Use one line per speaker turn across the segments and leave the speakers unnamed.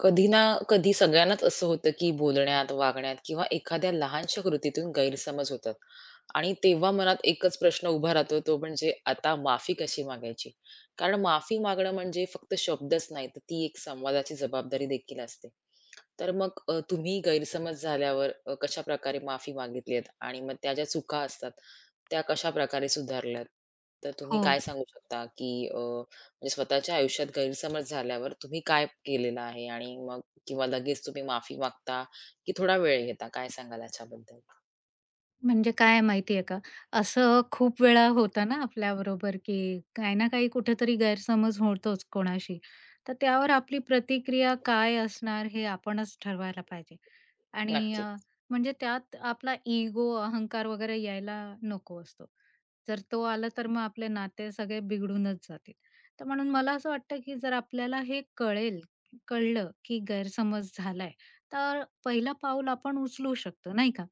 कधी ना कधी सगळ्यांनाच असं होतं की बोलण्यात, वागण्यात किंवा एखाद्या लहानशा कृतीतून गैरसमज होतात आणि तेव्हा मनात एकच प्रश्न उभा राहतो तो म्हणजे आता माफी कशी मागायची? कारण माफी मागणं म्हणजे फक्त शब्दच नाही, तर ती एक संवादाची जबाबदारी देखील असते. तर मग तुम्ही गैरसमज झाल्यावर कशाप्रकारे माफी मागितली आणि मग त्या ज्या चुका असतात, त्या कशाप्रकारे सुधारल्यात? तर तुम्ही
हो.
काय सांगू शकता की म्हणजे स्वतःच्या आयुष्यात गैरसमज झाल्यावर तुम्ही काय केलेलं आहे आणि मग किंवा लगेच तुम्ही माफी मागता की थोडा वेळ घेता? काय सांगाल याच्याबद्दल?
म्हणजे काय आहे माहिती का, असं खूप वेळा होतं ना आपल्याबरोबर, की काही ना काही कुठेतरी गैरसमज होतोच कोणाशी. तर त्यावर आपली प्रतिक्रिया काय असणार हे आपणच ठरवायला पाहिजे. आणि अ,
नक्कीच,
म्हणजे त्यात आपला इगो, अहंकार वगैरे यायला नको असतो. जर तो आला तर मग आपले नाते सगळे बिघडूनच जातील. तर म्हणून मला असं वाटतं, की जर आपल्याला हे कळेल कळलं, की गैरसमज झालाय, तर पहिलं पाऊल आपण उचलू शकतो, नाही का?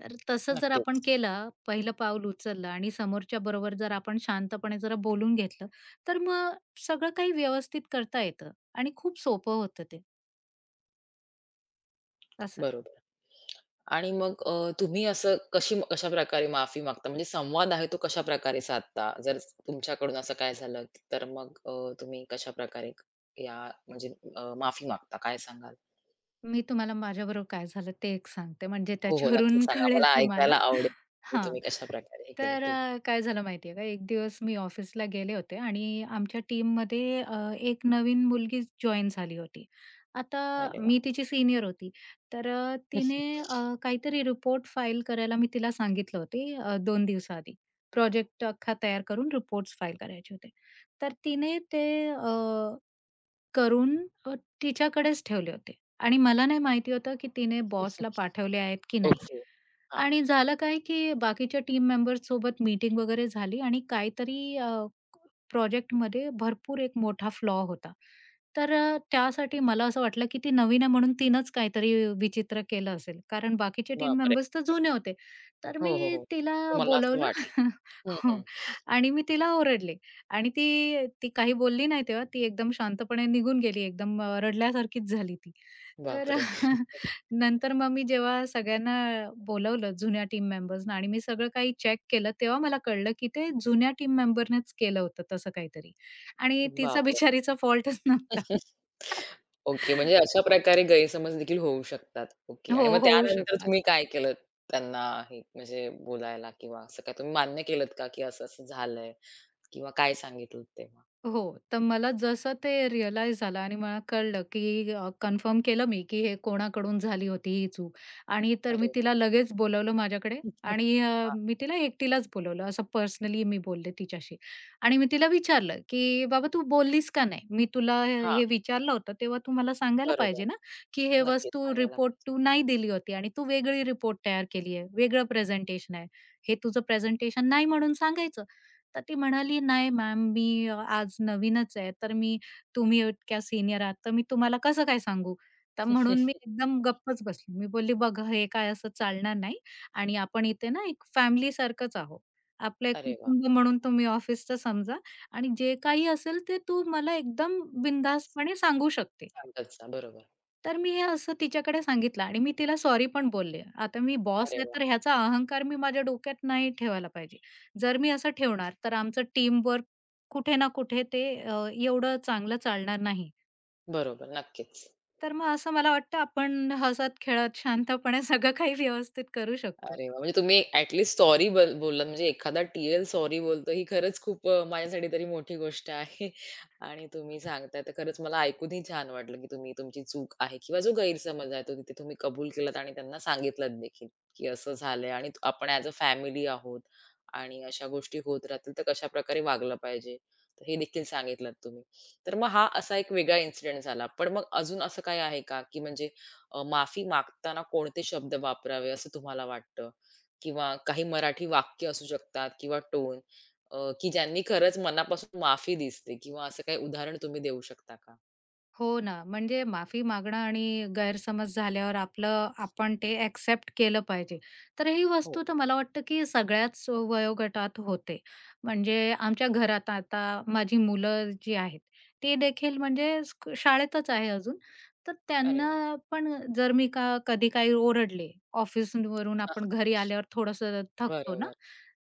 तर तसं जर आपण
नक्कीच.
केलं, पहिलं पाऊल उचललं आणि समोरच्या बरोबर जर आपण शांतपणे जरा बोलून घेतलं, तर मग सगळं काही व्यवस्थित करता येतं आणि खूप सोपं होतं ते. असं
बरोबर. आणि मग तुम्ही असं कशी कशाप्रकारे माफी मागता? म्हणजे संवाद आहे तो कशाप्रकारे साधता? जर तुमच्याकडून असं काय झालं, तर मग तुम्ही कशाप्रकारे या म्हणजे माफी मागता? काय सांगाल?
मी तुम्हाला माझ्याबरोबर काय झालं ते एक सांगते, म्हणजे
हो, हो. नक्कीच
त्याच्यावरून
सांगा.
कळेल
मला
तुम्हाला.
ऐकायला आवडेल, की
हां.
तुम्ही कशाप्रकारे हे केलं. ठीक आहे.
काय झालं माहिती का, एक दिवस मी ऑफिसला गेले होते आणि आमच्या टीममध्ये एक नवीन मुलगी जॉइन झाली होती. आता
अरे वाह!
मी तिची सीनियर होती. तिने काहीतरी रिपोर्ट फाईल करायला मी तिला सांगितलं होती 2 दिवसाआधी. प्रोजेक्ट अख्खा तयार करून रिपोर्ट्स फाईल करायचे होते. तर तिने ते करून अ, तिच्याकडेच ठेवले होते आणि मला नाही माहिती होतं की तिने बॉसला पाठवले आहेत की नाही.
ओके. हां.
आणि झालं काय, की बाकीच्या टीम मेंबर्ससोबत मीटिंग वगैरे झाली आणि काहीतरी प्रोजेक्टमध्ये भरपूर एक मोठा फ्लॉ होता. त्यासाठी मला असं वाटलं, की ती नवीन आहे म्हणून तिनंच काहीतरी विचित्र केलं असेल, कारण बाकीचे टीम
बापरे!
मेंबर्स तर जुने होते. तर
हो, हो,
मी
हो.
तिला
तुम्हाला असं
बोलवलं
वाटलं. हं,
हो
हं.
आणि मी तिला ओरडले आणि ती ती काही बोलली नाही तेव्हा. ती एकदम शांतपणे निघून गेली. एकदम रडल्यासारखीच झाली ती. तर
बापरे!
नंतर मग मी जेव्हा सगळ्यांना बोलावलं जुन्या टीम मेंबर्सना आणि मी सगळं काही चेक केलं, तेव्हा मला कळलं, की ते जुन्या टीम मेंबरनेच केलं होतं तसं काहीतरी आणि तिचा
बापरे!
बिचारीचा फॉल्टच नव्हता.
ओके. म्हणजे अशा प्रकारे गैरसमज देखील होऊ शकतात. ओके.
हो,
आणि मग
होऊ
त्यानंतर
शकतात.
तुम्ही काय केलंत त्यांना हे म्हणजे बोलायला किंवा असं काय तुम्ही मान्य केलत का, की असं-असं झालंय किंवा काय सांगितलत तेव्हा?
हो, तर मला जसं ते रिअलाईज झालं आणि मला कळलं, की कन्फर्म केलं मी, की हे कोणाकडून झाली होती ही चूक आणि तर मी
अरे
तिला लगेच बोलावलं माझ्याकडे आणि
हां,
मी तिला एकटीलाच बोलावलं. असं पर्सनली मी बोलले तिच्याशी आणि मी तिला विचारलं, की "बाबा तू बोललीस का नाही? मी तुला हे
हां.
हे विचारलं होतं, तेव्हा तू मला सांगायला
बरोबर.
पाहिजे ना, की हे
नक्कीच
वस्तू
सांगायला
रिपोर्ट
पाहिजे.
तू नाही दिली होती आणि तू वेगळी रिपोर्ट तयार केली आहे, वेगळं प्रेझेंटेशन आहे. हे तुझं प्रेझेंटेशन नाही म्हणून सांगायचं." तर ती म्हणाली, "नाही मॅम, मी आज नवीनच आहे, तर मी तुम्ही इतक्या सीनियर आहात, तर मी तुम्हाला कसं काय सांगू?" तर म्हणून मी एकदम गप्पच बसली. मी बोलली, "बघा, हे काय असं चालणार नाही आणि आपण इथे ना एक फॅमिलीसारखंच आहोत. आपलं एक
अरे वाह!
कुटुंब म्हणून तुम्ही ऑफिसचं समजा आणि जे काही असेल ते तू मला एकदम बिनधास्तपणे सांगू शकते."
सांगत जा. बरोबर.
तर मी हे असं तिच्याकडे सांगितलं आणि मी तिला सॉरी पण बोलले. आता मी बॉस
अरे
आहे,
वाह!
तर ह्याचा अहंकार मी माझ्या डोक्यात नाही ठेवायला पाहिजे. जर मी असं ठेवणार, तर आमचं टीमवर्क कुठे ना कुठे ते एवढं चांगलं चालणार नाही.
बरोबर. नक्कीच.
तर मग असं मला वाटतं आपण हसत-खेळत शांतपणे सगळं काही व्यवस्थित करू शकतो.
अरे वाह! म्हणजे तुम्ही ॲट लिस्ट सॉरी बोललात म्हणजे एखादा सॉरी बोलतो ही खरंच खूप माझ्यासाठी तरी मोठी गोष्ट आहे. आणि तुम्ही सांगताय तर खरंच मला ऐकूनही छान वाटलं, की तुम्ही तुमची चूक आहे किंवा जो गैरसमज आहे तो तिथे तुम्ही कबूल केलात आणि त्यांना सांगितलत देखील, की असं झालंय आणि आपण ॲज अ फॅमिली आहोत आणि अशा गोष्टी होत राहतील तर कशाप्रकारे वागलं पाहिजे. तर हे देखील सांगितलत तुम्ही. तर मग हा असा एक वेगळा इन्सिडेंट झाला. पण मग अजून असं काही आहे का, की म्हणजे माफी मागताना कोणते शब्द वापरावे असं तुम्हाला वाटतं? किंवा काही मराठी वाक्य असू शकतात किंवा टोन की ज्यांनी खरंच मनापासून माफी दिसते किंवा असं काही उदाहरण तुम्ही देऊ शकता का?
हो ना, म्हणजे माफी मागणं आणि गैरसमज झाल्यावर आपलं आपण ते एक्सेप्ट केलं पाहिजे. तर ही
हो.
वस्तू तर मला वाटतं की सगळ्याच वयोगटात होते. म्हणजे आमच्या घरात आता माझी मुलं जी आहेत, ती देखील म्हणजे शाळेतच आहे अजून. तर
अरे वाह!
त्यांना पण जर मी का कधी काही ओरडले, ऑफिसवरून आपण घरी आल्यावर थोडंसं थकतो ना,
बरोबर.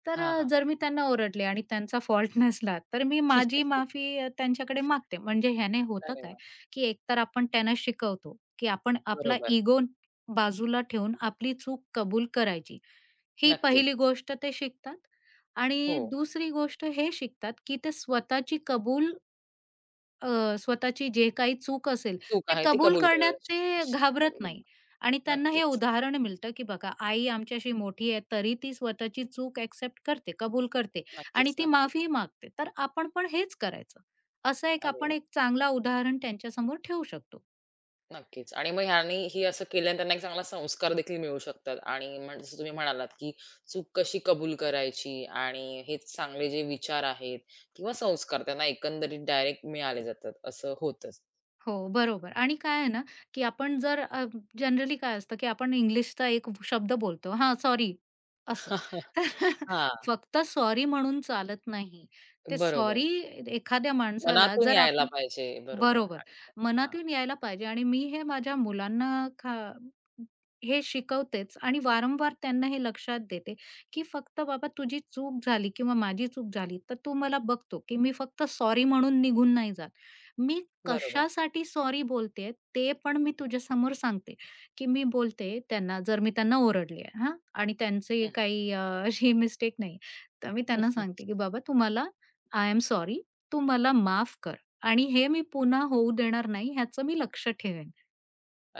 हां, हां.
जर मी त्यांना ओरडले आणि त्यांचा फॉल्ट नसला, तर मी माझी माफी त्यांच्याकडे मागते. म्हणजे ह्याने होतं
अरे
काय,
वाह!
की एकतर आपण त्यांना शिकवतो, की आपण आपला
बरोबर.
इगो बाजूला ठेवून आपली चूक कबूल करायची. ही
नक्कीच.
पहिली गोष्ट ते शिकतात
हो.
आणि दुसरी गोष्ट हे शिकतात, की ते स्वतःची कबूल अ, स्वतःची जे काही चूक असेल,
चूक
ते
आहे ती
कबूल
कबूल
करण्यात
करायला
ते
शिक.
घाबरत
हं.
नाही आणि त्यांना हे
नक्कीच,
उदाहरण मिळतं, की बघा आई आमच्याशी मोठी आहे, तरी ती स्वतःची चूक एक्सेप्ट करते, कबूल करते आणि
नक्कीच,
ती
नक्कीच.
माफी मागते. तर आपण पण हेच करायचं. असं एक
अरे
आपण
वाह!
एक चांगला उदाहरण त्यांच्यासमोर ठेवू शकतो.
नक्कीच. आणि मग ह्याने ही असं केल्याने त्यांना एक चांगला संस्कार देखील मिळू शकतात आणि जसं तुम्ही म्हणालात, की चूक कशी कबूल करायची आणि हे चांगले जे विचार आहेत किंवा संस्कार त्यांना एकंदरीत डायरेक्ट मिळाले जातात, असं होतंच.
हो, बरोबर आणि काय आहे ना, की जनरली काय असतं, की आपण इंग्लिशचा एक शब्द बोलतो. हां, सॉरी असं. तर
हां,
फक्त सॉरी म्हणून चालत नाही. ते
बरोबर.
सॉरी एखाद्या माणसाला
मनातून
जर
यायला
आपण
पाहिजे. बरोबर
बरोबर.
आणि हां,
मनातून यायला पाहिजे आणि मी हे माझ्या मुलांना हे शिकवतेच आणि वारंवार त्यांना हे लक्षात देते, की फक्त बाबा तुझी चूक झाली किंवा माझी चूक झाली, तर तू मला बघतो, की मी फक्त सॉरी म्हणून निघून नाही जात. मी
बरोबर.
कशासाठी सॉरी बोलते ते पण मी तुझ्यासमोर सांगते, की मी बोलते त्यांना जर मी त्यांना ओरडले हां आणि त्यांचे
हं.
काही अ, अशी मिस्टेक नाही. तर मी त्यांना सांगते, की "बाबा तू आय एम सॉरी. तू मला माफ कर." आणि हे मी पुन्हा होऊ देणार नाही ह्याचं मी लक्ष ठेवेन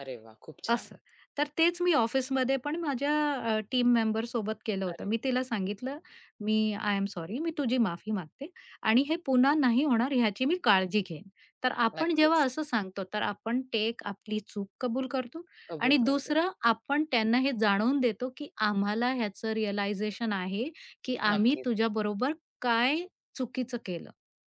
अरे वाह! खूप छान.
असं. तर तेच मी ऑफिसमध्ये पण माझ्या टीम मेंबर सोबत केलं होतं.
अरे वाह!
मी तिला सांगितलं, "मी आय एम सॉरी, मी तुझी माफी मागते आणि हे पुन्हा नाही होणार ह्याची मी काळजी घेईन." तर आपण जेव्हा
नक्कीच.
असं सांगतो तर आपण ते आपली चूक कबूल करतो आणि
कबूल करतो.
दुसरं आपण त्यांना हे जाणवून देतो, की आम्हाला ह्याचं रिअलायझेशन आहे, की आम्ही
नक्कीच.
तुझ्याबरोबर काय चुकीचं केलं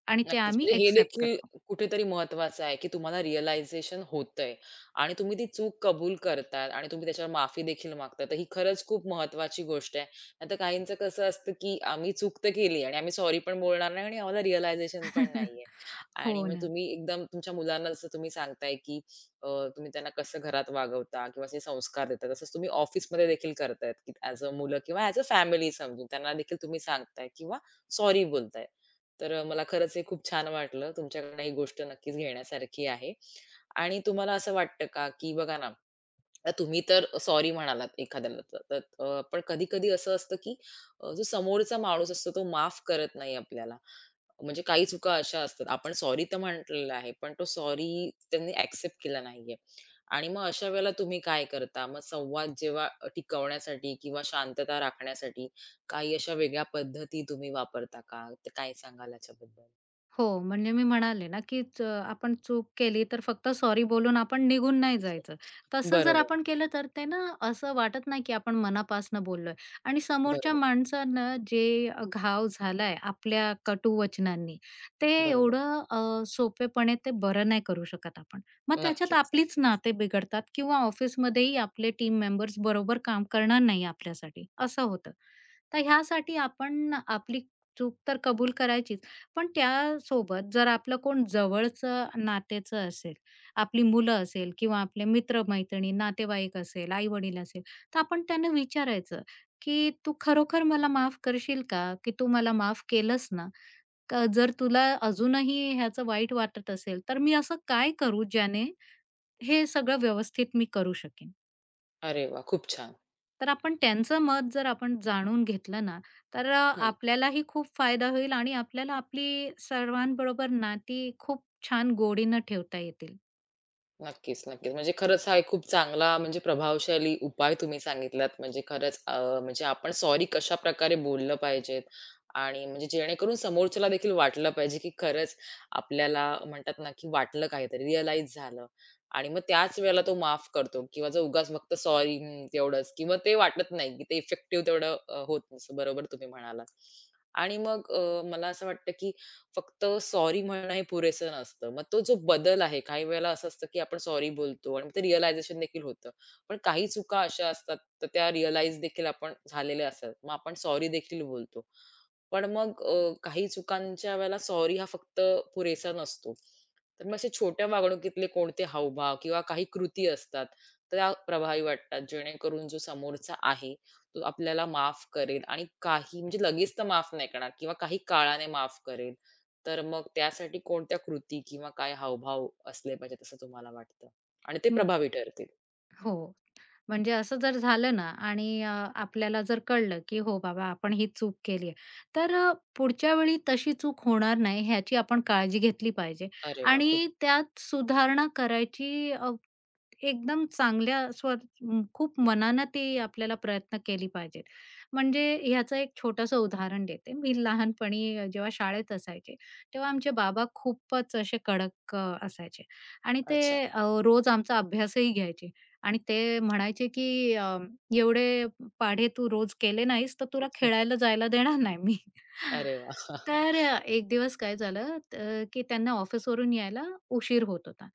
आणि ते
नक्कीच.
आम्ही
म्हणजे हे
एक्सेप्ट
देखील
करतो.
कुठेतरी महत्वाचं आहे, की तुम्हाला रिअलायझेशन होतंय आणि तुम्ही ती चूक कबूल करतात आणि तुम्ही त्याच्यावर माफी देखील मागता. तर ही खरंच खूप महत्वाची गोष्ट आहे. नाहीतर काहींचं कसं असतं, की आम्ही चूक तर केली आणि आम्ही सॉरी पण बोलणार नाही आणि आम्हाला रिअलायझेशन पण नाहीये.
हो
आणि मग
ना.
तुम्ही एकदम तुमच्या मुलांना जसं तुम्ही सांगताय, की अ, तुम्ही त्यांना कसं घरात वागवता किंवा असे संस्कार देता. तसंच तुम्ही ऑफिसमध्ये देखील करतायत, की ॲज अ मुलं किंवा ॲज अ फॅमिली समजून त्यांना देखील तुम्ही सांगताय किंवा सॉरी बोलताय. तर मला खरंच हे खूप छान वाटलं. तुमच्याकडनं ही गोष्ट नक्कीच घेण्यासारखी आहे. आणि तुम्हाला असं वाटतं का, की बघा ना, आता तुम्ही तर सॉरी म्हणालात एखाद्याला तर तर पण कधी-कधी असं असतं, की जो समोरचा माणूस असतो तो माफ करत नाही आपल्याला. म्हणजे काही चुका अशा असतात. आपण सॉरी तर म्हटलेलं आहे, पण तो सॉरी त्यांनी एक्सेप्ट केला नाहीये. आणि मग अशा वेळेला तुम्ही काय करता? मग संवाद जेव्हा टिकवण्यासाठी किंवा शांतता राखण्यासाठी काही अशा वेगळ्या पद्धती तुम्ही वापरता का? तर काय सांगाल याच्याबद्दल?
हो, म्हणजे मी म्हणाले ना, की आपण चूक केली तर फक्त सॉरी बोलून आपण निघून नाही जायचं. तसं जर
बरोबर,
आपण केलं तर ते ना असं वाटत नाही, की आपण मनापासनं बोललोय आणि समोरच्या
बरोबर,
माणसानं जे घाव झालाय आपल्या कटू वचनांनी, ते
बरोबर.
एवढं अ, सोपेपणे ते बरं नाही करू शकत आपण. मग त्याच्यात
नक्कीच,
आपलीच
नक्कीच.
नाते बिघडतात किंवा ऑफिसमध्येही आपले टीम मेंबर्स बरोबर काम करणार नाही आपल्यासाठी, असं होतं. तर ह्यासाठी आपण आपली चूक तर कबूल करायचीच, पण त्यासोबत जर आपलं कोण जवळचं नातेचं असेल, आपली मुलं असेल किंवा आपले मित्र नातेवाईक असेल, आई-वडील असेल, तर आपण त्यांना विचारायचं, की "तू खरोखर मला माफ करशील का? की तू मला माफ केलंस ना? का जर तुला अजूनही ह्याचं वाईट वाटत असेल, तर मी असं काय करू ज्याने हे सगळं व्यवस्थित मी करू शकेन?"
अरे वाह! खूप छान.
तर आपण त्यांचं मत जर आपण जाणून घेतलं ना, तर अ,
हं.
आपल्यालाही खूप फायदा होईल आणि आपल्याला आपली सर्वांबरोबर नाती खूप छान गोडीनं ठेवता येतील.
नक्कीच, नक्कीच. म्हणजे खरंच हा एक खूप चांगला म्हणजे प्रभावशाली उपाय तुम्ही सांगितलात. म्हणजे खरंच म्हणजे आपण सॉरी कशा प्रकारे बोललं पाहिजेत आणि म्हणजे जेणेकरून समोरच्याला देखील वाटलं पाहिजे, की खरंच आपल्याला म्हणतात ना, की वाटलं काहीतरी, रिअलाईज झालं आणि मग त्याच वेळेला तो माफ करतो किंवा जो उगाच फक्त सॉरी तेवढंच किंवा ते वाटत नाही, की ते इफेक्टिव्ह तेवढं होत नसतं. बरोबर तुम्ही म्हणालात. आणि मग मला असं वाटतं, की फक्त सॉरी म्हणणं हे पुरेसं नसतं. मग तो जो बदल आहे, काही वेळेला असं असतं की आपण सॉरी बोलतो आणि मग ते रिअलायझेशन देखील होतं. पण काही चुका अशा असतात, तर त्या रिअलाईज देखील आपण झालेल्या असतात. मग आपण सॉरी देखील बोलतो. पण मग काही चुकांच्या वेळेला सॉरी हा फक्त पुरेसा नसतो. तर मग असे छोट्या वागणुकीतले कोणते हावभाव किंवा काही कृती असतात, त्या प्रभावी वाटतात, जेणेकरून जो समोरचा आहे, तो आपल्याला माफ करेल आणि काही म्हणजे लगेच तर माफ नाही करणार किंवा काही काळाने माफ करेल. तर मग त्यासाठी कोणत्या कृती किंवा काय हावभाव असले पाहिजेत असं तुम्हाला वाटतं? आणि ते
हं.
प्रभावी ठरतील?
हो. म्हणजे असं जर झालं ना आणि आपल्याला जर कळलं, की हो बाबा आपण ही चूक केली आहे, तर अ, पुढच्या वेळी तशी चूक होणार नाही ह्याची आपण काळजी घेतली पाहिजे
अरे वाह! खूप
आणि त्यात सुधारणा करायची एकदम चांगल्या खूप मनानं ती आपल्याला प्रयत्न केली पाहिजेत. म्हणजे ह्याचं एक छोटंसं उदाहरण देते. मी लहानपणी जेव्हा शाळेत असायचे, तेव्हा आमचे बाबा खूपच असे कडक असायचे आणि ते
अच्छा.
अ, रोज आमचा अभ्यासही घ्यायचे. आणि ते म्हणायचे की "एवढे पाढे तू रोज केले नाहीस, तर तुला
हं.
खेळायला जायला देणार नाही मी."
अरे वाह!
एक दिवस काय झालं तर की त्यांना ऑफिसवरून यायला उशीर होत होता.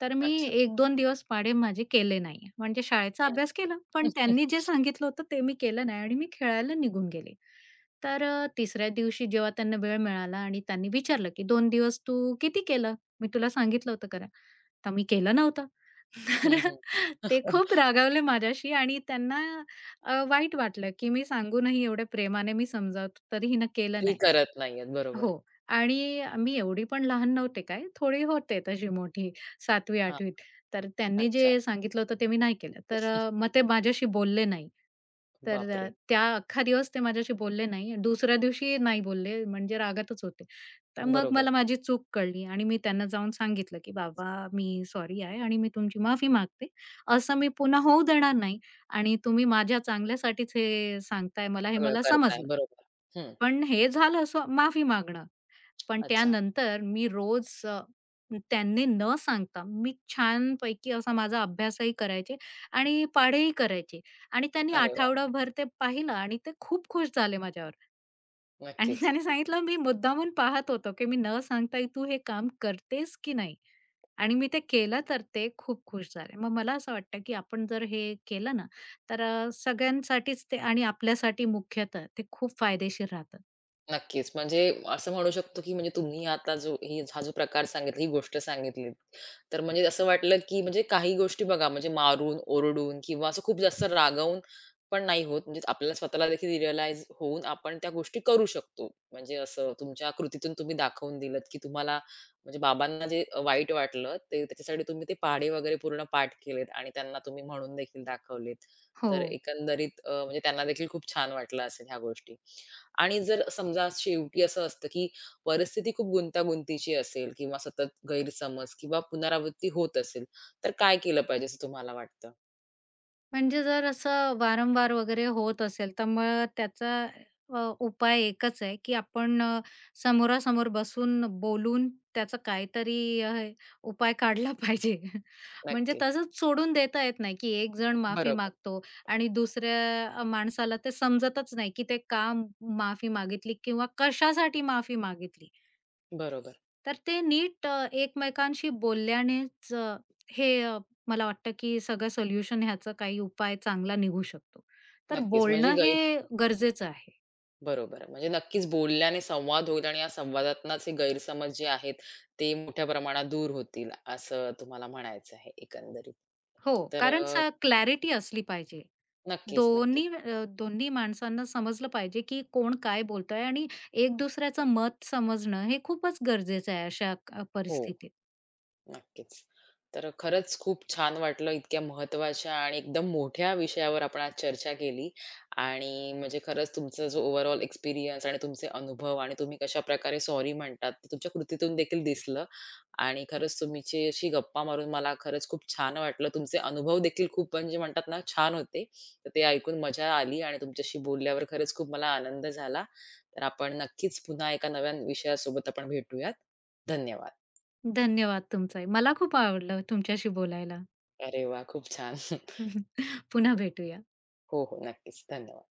तर मी
अच्छा.
एक दोन दिवस पाढे माझे केले नाही. म्हणजे शाळेचा
हं.
अभ्यास केला, पण त्यांनी जे सांगितलं होतं ते मी केलं नाही आणि मी खेळायला निघून गेले. तिसऱ्या दिवशी जेव्हा त्यांना वेळ मिळाला आणि त्यांनी विचारलं की "2 दिवस तू किती केलं? मी तुला सांगितलं होतं करा." तर मी केलं नव्हतं. तर
हं, हं.
ते
हं.
खूप रागावले माझ्याशी आणि त्यांना वाईट वाटलं, की मी सांगूनही एवढ्या प्रेमाने मी समजावतो तरीही हिनं केलं
ती
नाही.
करत नाहीयेत. बरोबर.
हो. आणि मी एवढी पण लहान नव्हते काय, थोडी होते तशी मोठी
हां.
7वी-8वी त. तर त्यांनी
अच्छा.
जे सांगितलं होतं ते मी नाही केलं. मग ते माझ्याशी बोलले नाही.
बापरे!
त्या अख्खा दिवस ते माझ्याशी बोलले नाही. दुसऱ्या दिवशी नाही बोलले म्हणजे रागातच होते. तर मग
बरोबर.
मला माझी चूक कळली आणि मी त्यांना जाऊन सांगितलं, की "बाबा मी सॉरी आहे आणि मी तुमची माफी मागते. असं मी पुन्हा होऊ देणार नाही आणि तुम्ही माझ्या चांगल्यासाठीच हे सांगताय मला, हे
सगळं
मला
करताय.
समजलं.
बरोबर. हं.
पण हे झालं असं माफी मागणं. पण
अच्छा.
त्यानंतर मी रोज त्यांनी न सांगता मी छानपैकी असा माझा अभ्यासही करायचे आणि पाढेही करायचे आणि त्यांनी
अरे वाह!
आठवडाभर ते पाहिलं आणि ते खूप खुश झाले माझ्यावर आणि
नक्कीच.
त्याने सांगितलं मी मुद्दामून पाहत होतो की मी न सांगता तू हे काम करतेस की नाही आणि मी ते केलं तर ते खूप खुश झाले. मग मला असं वाटतं की आपण जर हे केलं ना, सगळ्यांसाठीच ते आणि आपल्यासाठी मुख्यतः ते खूप फायदेशीर राहतं.
नक्कीच. म्हणजे असं म्हणू शकतो, की म्हणजे तुम्ही आता जो ही हा जो प्रकार सांगितला, ही गोष्ट सांगितली. तर म्हणजे असं वाटलं, की म्हणजे काही गोष्टी बघा म्हणजे मारून, ओरडून किंवा असं खूप जास्त रागावून पण नाही होत. म्हणजे आपल्याला स्वतःला देखील रिअलाईज होऊन आपण त्या गोष्टी करू शकतो. म्हणजे असं तुमच्या कृतीतून तुम्ही दाखवून दिलत, की तुम्हाला म्हणजे बाबांना जे वाईट वाटलं ते त्याच्यासाठी तुम्ही ते पाढे वगैरे पूर्ण पाठ केलेत आणि त्यांना तुम्ही म्हणून देखील दाखवलेत.
हो.
तर एकंदरीत म्हणजे त्यांना देखील खूप छान वाटलं असेल ह्या गोष्टी. आणि जर समजा शेवटी असं असतं, की परिस्थिती खूप गुंतागुंतीची असेल किंवा सतत गैरसमज किंवा पुनरावृत्ती होत असेल, तर काय केलं पाहिजे असं तुम्हाला वाटतं?
म्हणजे जर असं वारंवार वगैरे होत असेल, तर मग त्याचा उपाय एकच आहे, की आपण समोरासमोर बसून बोलून त्याचा काहीतरी उपाय काढला पाहिजे. म्हणजे
नक्की.
तसंच सोडून देता येत नाही, की एक जण माफी
बरोबर,
मागतो आणि दुसऱ्या माणसाला ते समजतच नाही, की ते का माफी मागितली किंवा कशासाठी माफी मागितली.
बरोबर.
तर ते नीट एकमेकांशी बोलल्यानेच हे अ, मला वाटतं की सगळं सोल्युशन ह्याचा काही उपाय चांगला निघू शकतो. तर
नक्कीच. म्हणजे
बोलणं हे
गैर
गरजेचं आहे.
बरोबर. म्हणजे नक्कीच बोलल्याने संवाद होईल आणि या संवादातनंच हे गैरसमज जे आहेत, ते मोठ्या प्रमाणात दूर होतील, असं तुम्हाला म्हणायचं आहे एकंदरीत.
हो,
तर
कारण क्लॅरिटी असली पाहिजे.
नक्कीच, नक्कीच.
दोन्ही माणसांना समजलं पाहिजे की कोण काय बोलतंय आणि एक दुसऱ्याचं मत समजणं हे खूपच गरजेचं आहे अशा
हो.
परिस्थितीत.
नक्कीच. तर खरंच खूप छान वाटलं इतक्या महत्त्वाच्या आणि एकदम मोठ्या विषयावर आपण आज चर्चा केली आणि म्हणजे खरंच तुमचा जो ओव्हरऑल एक्सपिरियन्स आणि तुमचे अनुभव आणि तुम्ही कशाप्रकारे सॉरी म्हणतात ते तुमच्या कृतीतून देखील दिसलं आणि खरंच तुमच्याशी गप्पा मारून मला खरंच खूप छान वाटलं. तुमचे अनुभव देखील खूप म्हणजे म्हणतात ना छान होते. तर ते ऐकून मजा आली आणि तुमच्याशी बोलल्यावर खरंच खूप मला आनंद झाला. तर आपण नक्कीच पुन्हा एका नव्या विषयासोबत आपण भेटूयात. धन्यवाद.
धन्यवाद तुमचाही. मला खूप आवडलं तुमच्याशी बोलायला.
अरे वाह! खूप छान.
पुन्हा भेटूया.
हो, हो. नक्कीच. धन्यवाद.